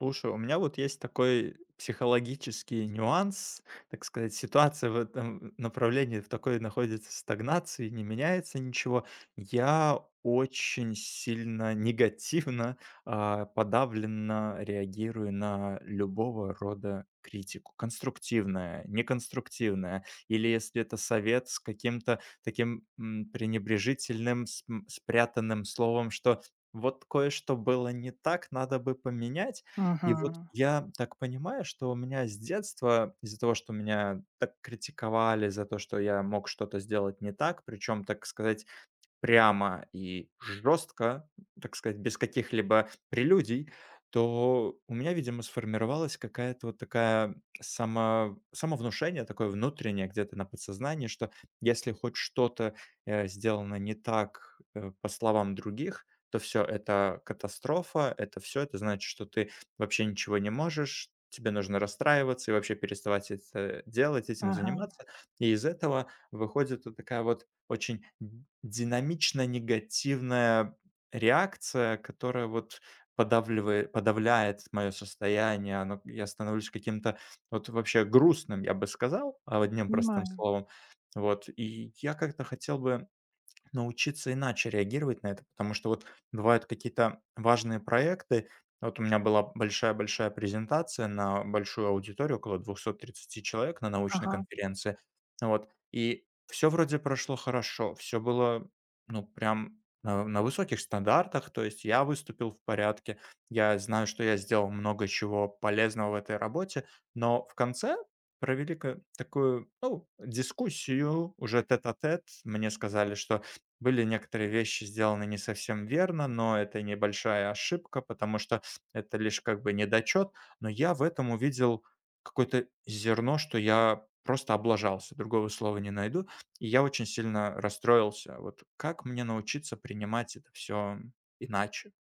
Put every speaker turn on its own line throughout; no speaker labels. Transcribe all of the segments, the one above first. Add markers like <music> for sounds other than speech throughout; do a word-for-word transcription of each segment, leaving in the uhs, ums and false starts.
Слушай, у меня вот есть такой психологический нюанс, так сказать, ситуация в этом направлении в такой находится стагнации, не меняется ничего. Я очень сильно негативно, а, подавленно реагирую на любого рода критику. Конструктивная, неконструктивная. Или если это совет с каким-то таким м, пренебрежительным, см- спрятанным словом, что вот кое-что было не так, надо бы поменять, и вот
Мгм.
я так понимаю, что у меня с детства, из-за того, что меня так критиковали за то, что я мог что-то сделать не так, причем, так сказать, прямо и жестко, так сказать, без каких-либо прелюдий, то у меня, видимо, сформировалась какая-то вот такая само, самовнушение, такое внутреннее где-то на подсознании, что если хоть что-то э, сделано не так, э, по словам других, то все, это катастрофа, это все, это значит, что ты вообще ничего не можешь, тебе нужно расстраиваться и вообще переставать это делать, этим
Ага,
заниматься. И из этого выходит вот такая вот очень динамично негативная реакция, которая вот подавливает подавляет мое состояние. Оно я становлюсь каким-то вот вообще грустным, я бы сказал, а, одним простым
понимаю.
словом. Вот, и я как-то хотел бы научиться иначе реагировать на это, потому что вот бывают какие-то важные проекты. Вот у меня была большая-большая презентация на большую аудиторию, около двухсот тридцати человек на научной
Ага.
конференции. Вот. И все вроде прошло хорошо, все было, ну, прям на, на высоких стандартах, то есть я выступил в порядке, я знаю, что я сделал много чего полезного в этой работе, но в конце провели ка- такую, ну, дискуссию уже тет-а-тет, мне сказали, что были некоторые вещи сделаны не совсем верно, но это небольшая ошибка, потому что это лишь как бы недочет. Но я в этом увидел какое-то зерно, что я просто облажался, другого слова не найду. И я очень сильно расстроился. Вот как мне научиться принимать это все иначе?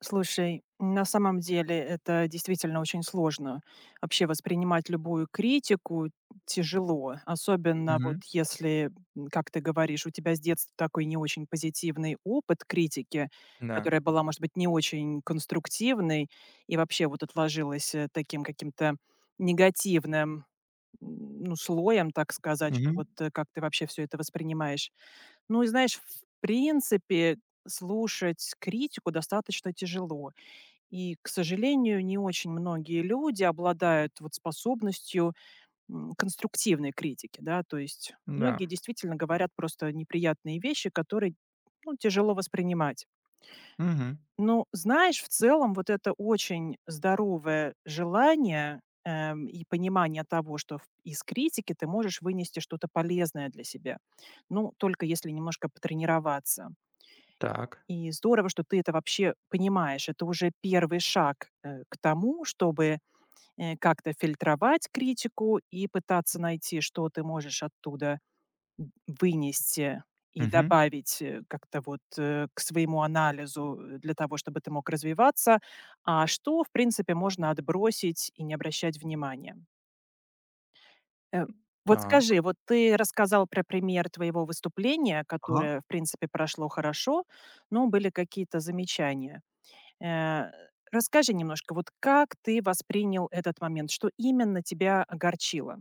Слушай, на самом деле это действительно очень сложно. Вообще воспринимать любую критику тяжело, особенно вот
Мгм.
если, м, как ты говоришь, у тебя с детства такой не очень позитивный опыт критики,
Да.
которая была, может быть, не очень конструктивной и вообще вот отложилась э, таким каким-то негативным м, ну, слоем, так сказать, что
Мгм.
вот э, как ты вообще все это воспринимаешь. Ну и знаешь, в принципе, слушать критику достаточно тяжело. И, к сожалению, не очень многие люди обладают вот способностью м, конструктивной критики, да, то есть многие
Да.
действительно говорят просто неприятные вещи, которые ну, тяжело воспринимать.
Мгм.
Но знаешь, в целом вот это очень здоровое желание эм, и понимание того, что в- из критики ты можешь вынести что-то полезное для себя. Ну, только если немножко потренироваться.
Так.
И здорово, что ты это вообще понимаешь. Это уже первый шаг, э, к тому, чтобы, э, как-то фильтровать критику и пытаться найти, что ты можешь оттуда м, вынести э, и
Мгм.
добавить, э, как-то вот, э, к своему анализу, э, для того, чтобы ты мог развиваться, а что, в принципе, можно отбросить и не обращать внимания. Э, вот скажи,
Так.
вот ты рассказал про пример твоего выступления,
Ага.
которое, в принципе, прошло хорошо, но были какие-то замечания. Э, Расскажи немножко, вот как ты воспринял этот момент? Что именно тебя огорчило?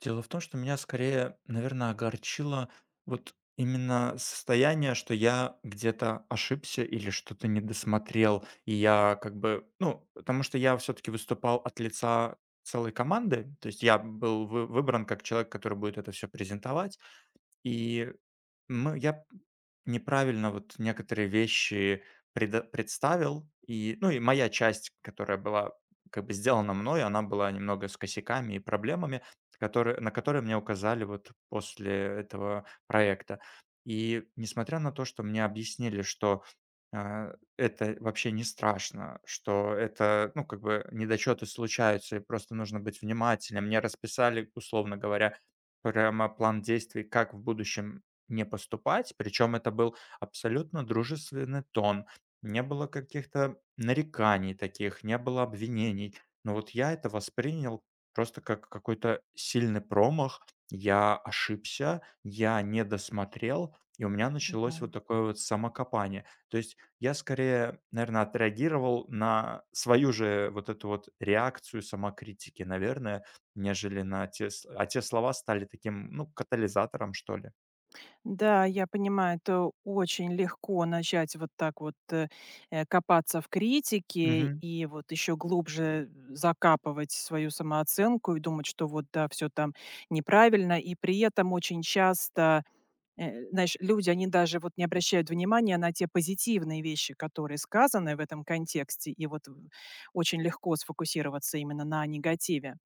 Дело в том, что меня скорее, наверное, огорчило вот именно состояние, что я где-то ошибся или что-то не досмотрел. И я как бы, ну, потому что я все-таки выступал от лица целой команды, то есть я был вы- выбран как человек, который будет это все презентовать, и ну, я неправильно вот некоторые вещи предо представил, и, ну, и моя часть, которая была как бы сделана мной, она была немного с косяками и проблемами, которые на которые мне указали вот после этого проекта. И несмотря на то, что мне объяснили, что, а, это вообще не страшно, что это, ну, как бы недочеты случаются, и просто нужно быть внимательным. Мне расписали, условно говоря, прямо план действий, как в будущем не поступать. Причем это был абсолютно дружественный тон. Не было каких-то нареканий таких, не было обвинений. Но вот я это воспринял просто как какой-то сильный промах. Я ошибся, я не досмотрел, и у меня началось
Да.
вот такое вот самокопание. То есть я скорее, наверное, отреагировал на свою же вот эту вот реакцию самокритики, наверное, нежели на те, с- а те слова стали таким, ну, катализатором, что ли.
Да, я понимаю, это очень легко начать вот так вот э, э, копаться в критике
Мгм.
и вот еще глубже закапывать свою самооценку и думать, что вот да, все там неправильно. И при этом очень часто, Э, знаешь, люди, они даже вот не обращают внимания на те позитивные вещи, которые сказаны в этом контексте, и вот в очень легко сфокусироваться именно на негативе.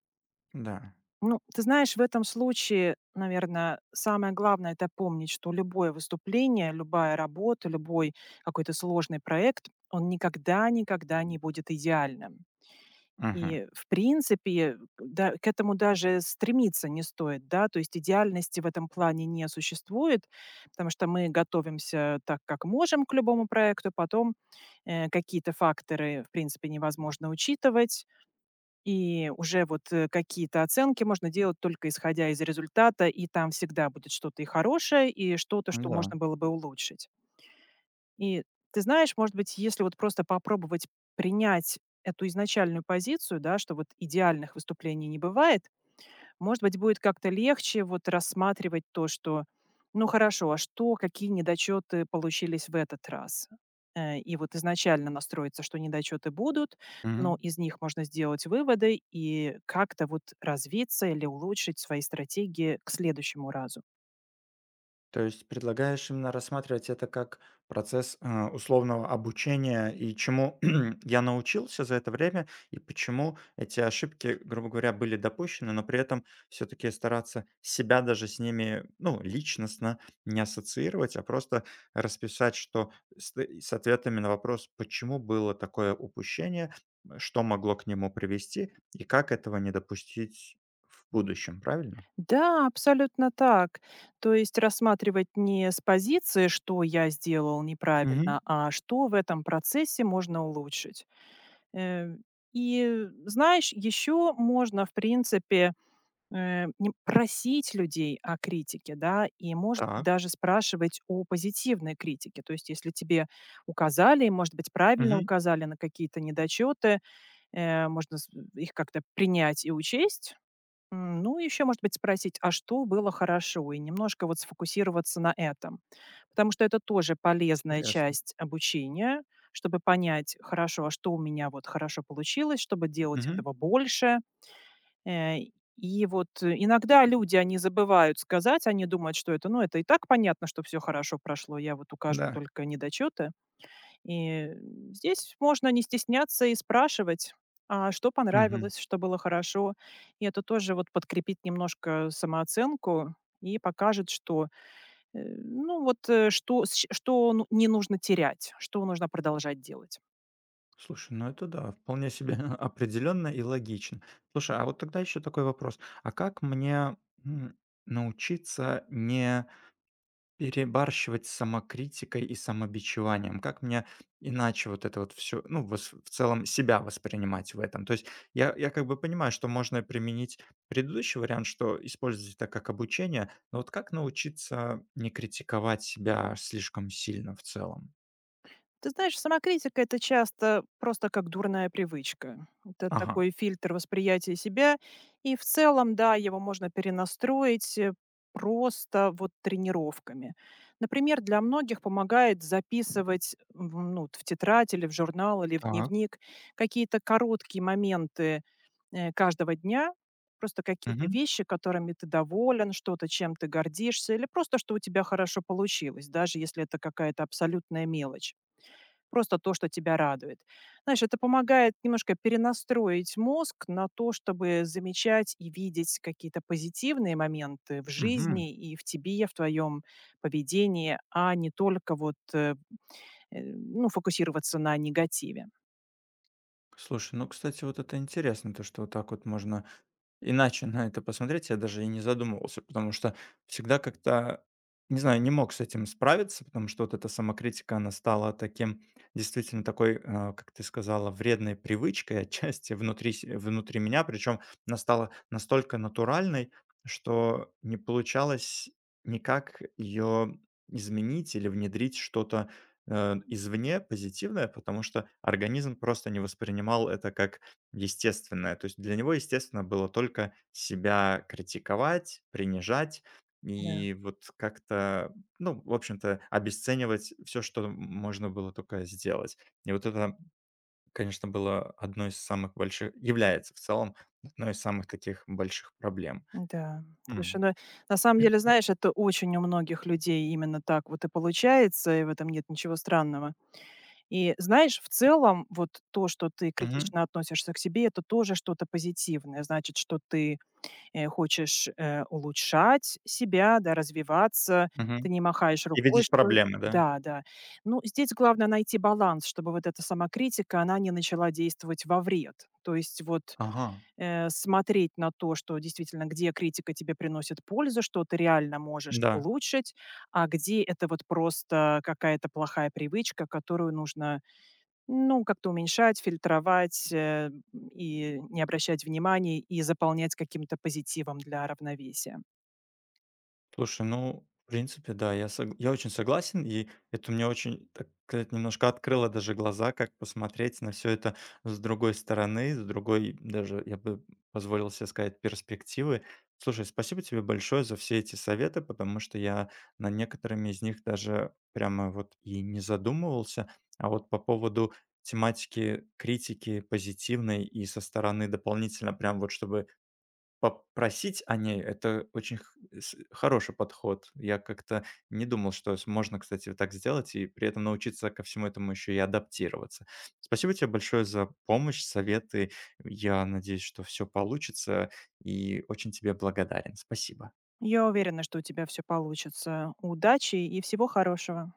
Да.
Ну, ты знаешь, в этом случае, наверное, самое главное - это помнить, что любое выступление, любая работа, любой какой-то сложный проект, он никогда-никогда не будет идеальным.
Мгм.
И, в принципе, да, к этому даже стремиться не стоит, да, то есть идеальности в этом плане не существует, потому что мы готовимся так, как можем к любому проекту, потом, э, какие-то факторы, в принципе, невозможно учитывать, и уже вот, э, какие-то оценки можно делать только исходя из результата, и там всегда будет что-то и хорошее, и что-то, что
Ну да.
можно было бы улучшить. И ты знаешь, может быть, если вот просто попробовать принять эту изначальную позицию, да, что вот идеальных выступлений не бывает, может быть, будет как-то легче вот рассматривать то, что, ну хорошо, а что, какие недочеты получились в этот раз? Э, И вот изначально настроиться, что недочеты будут, но
Мгм.
из них можно сделать выводы и как-то вот развиться или улучшить свои стратегии к следующему разу.
То есть предлагаешь именно рассматривать это как процесс, э, условного обучения и чему <clears throat> я научился за это время, и почему эти ошибки, грубо говоря, были допущены, но при этом все-таки стараться себя даже с ними, ну, личностно не ассоциировать, а просто расписать, что с, т- с ответами на вопрос, почему было такое упущение, что могло к нему привести и как этого не допустить в будущем, правильно?
Да, абсолютно так. То есть рассматривать не с позиции, что я сделал
Мгм.
неправильно, а что в этом процессе можно улучшить. Э, И знаешь, еще можно, в принципе, э, не- просить людей о критике, да, и, может быть,
Так.
даже спрашивать о позитивной критике. То есть, если тебе указали, может быть, правильно
Мгм.
указали на какие-то недочеты, э, можно с- их как-то принять и учесть. М, ну, еще, может быть, спросить, а что было хорошо, и немножко вот сфокусироваться на этом. Потому что это тоже полезная
Интересно.
часть обучения, чтобы понять, хорошо, а что у меня вот хорошо получилось, чтобы делать
Мгм.
этого больше. Э, и вот э, иногда люди, они забывают сказать, они думают, что это, ну, это и так понятно, что все хорошо прошло, я вот укажу
Да.
только недочеты, и здесь можно не стесняться и спрашивать, а что
Мгм.
понравилось, что было хорошо. И это тоже вот подкрепит немножко самооценку и покажет, что, э, ну вот, э, что, с ч- что ну, не нужно терять, что нужно продолжать делать.
Слушай, ну это да, вполне себе <laughs> определенно и логично. Слушай, а вот тогда еще такой вопрос. А как мне, м, научиться не Перебарщивать с самокритикой и самобичеванием. Как мне иначе вот это вот все, ну, вос в целом себя воспринимать в этом? То есть я я как бы понимаю, что можно применить предыдущий вариант, что использовать это как обучение, но вот как научиться не критиковать себя слишком сильно в целом?
Ты знаешь, самокритика - это часто просто как дурная привычка. Вот. Это
Ага,
такой фильтр восприятия себя. И в целом, да, его можно перенастроить, э, просто вот тренировками. Например, для многих помогает записывать в, ну, в тетрадь или в журнал или в
так.
дневник какие-то короткие моменты э, каждого дня, просто какие-то
Мгм.
вещи, которыми ты доволен, что-то, чем ты гордишься, или просто, что у тебя хорошо получилось, даже если это какая-то абсолютная мелочь. Просто то, что тебя радует. Знаешь, это помогает немножко перенастроить мозг на то, чтобы замечать и видеть какие-то позитивные моменты в
Мгм.
жизни и в тебе, в твоем поведении, а не только вот, э, э, ну, фокусироваться на негативе.
Слушай, ну, кстати, вот это интересно, то, что вот так вот можно Иначе на это посмотреть я даже и не задумывался, потому что всегда как-то, не знаю, не мог с этим справиться, потому что вот эта самокритика, она стала таким, действительно такой, а, как ты сказала, вредной привычкой отчасти внутри, се- внутри меня, причем она стала настолько натуральной, что не получалось никак ее изменить или внедрить что-то э, извне позитивное, потому что организм просто не воспринимал это как Естественное. То есть для него естественно было только себя критиковать, принижать
Да,
и вот как-то, ну, в общем-то, обесценивать все, что можно было только сделать. И вот это, конечно, было одной из самых больших является в целом одной из самых таких больших проблем.
да. Слушай,
М.
ну, на самом деле, знаешь, это очень у многих людей именно так вот и получается, и в этом нет ничего странного. И знаешь, в целом, вот то, что ты
Мгм.
критично относишься к себе, это тоже что-то позитивное. Значит, что ты, э, хочешь, э, улучшать себя, да, развиваться. Ты
Мгм.
не махаешь
И
рукой,
видишь
что.
проблемы, да?
Да, да. Ну, здесь главное найти баланс, чтобы вот эта самокритика, она не начала действовать во вред. То есть вот,
Ага.
э, смотреть на то, что действительно, где критика тебе приносит пользу, что ты реально можешь
Да.
улучшить, а где это вот просто какая-то плохая привычка, которую нужно ну, как-то уменьшать, фильтровать, э, и не обращать внимания, и заполнять каким-то позитивом для равновесия.
Слушай, ну, в принципе, да, я, сог- я очень согласен, и это мне очень, так сказать, немножко открыло даже глаза, как посмотреть на все это с другой стороны, с другой, даже, я бы позволил себе сказать, перспективы. Слушай, спасибо тебе большое за все эти советы, потому что я на некоторыми из них даже прямо вот и не задумывался, а вот по поводу тематики критики позитивной и со стороны дополнительно прям вот чтобы Попросить о ней - это очень х с хороший подход. Я как-то не думал, что с можно, кстати, вот так сделать и при этом научиться ко всему этому еще и адаптироваться. Спасибо тебе большое за помощь, советы. Я надеюсь, что все получится, и очень тебе благодарен. Спасибо.
Я уверена, что у тебя все получится. Удачи и всего хорошего.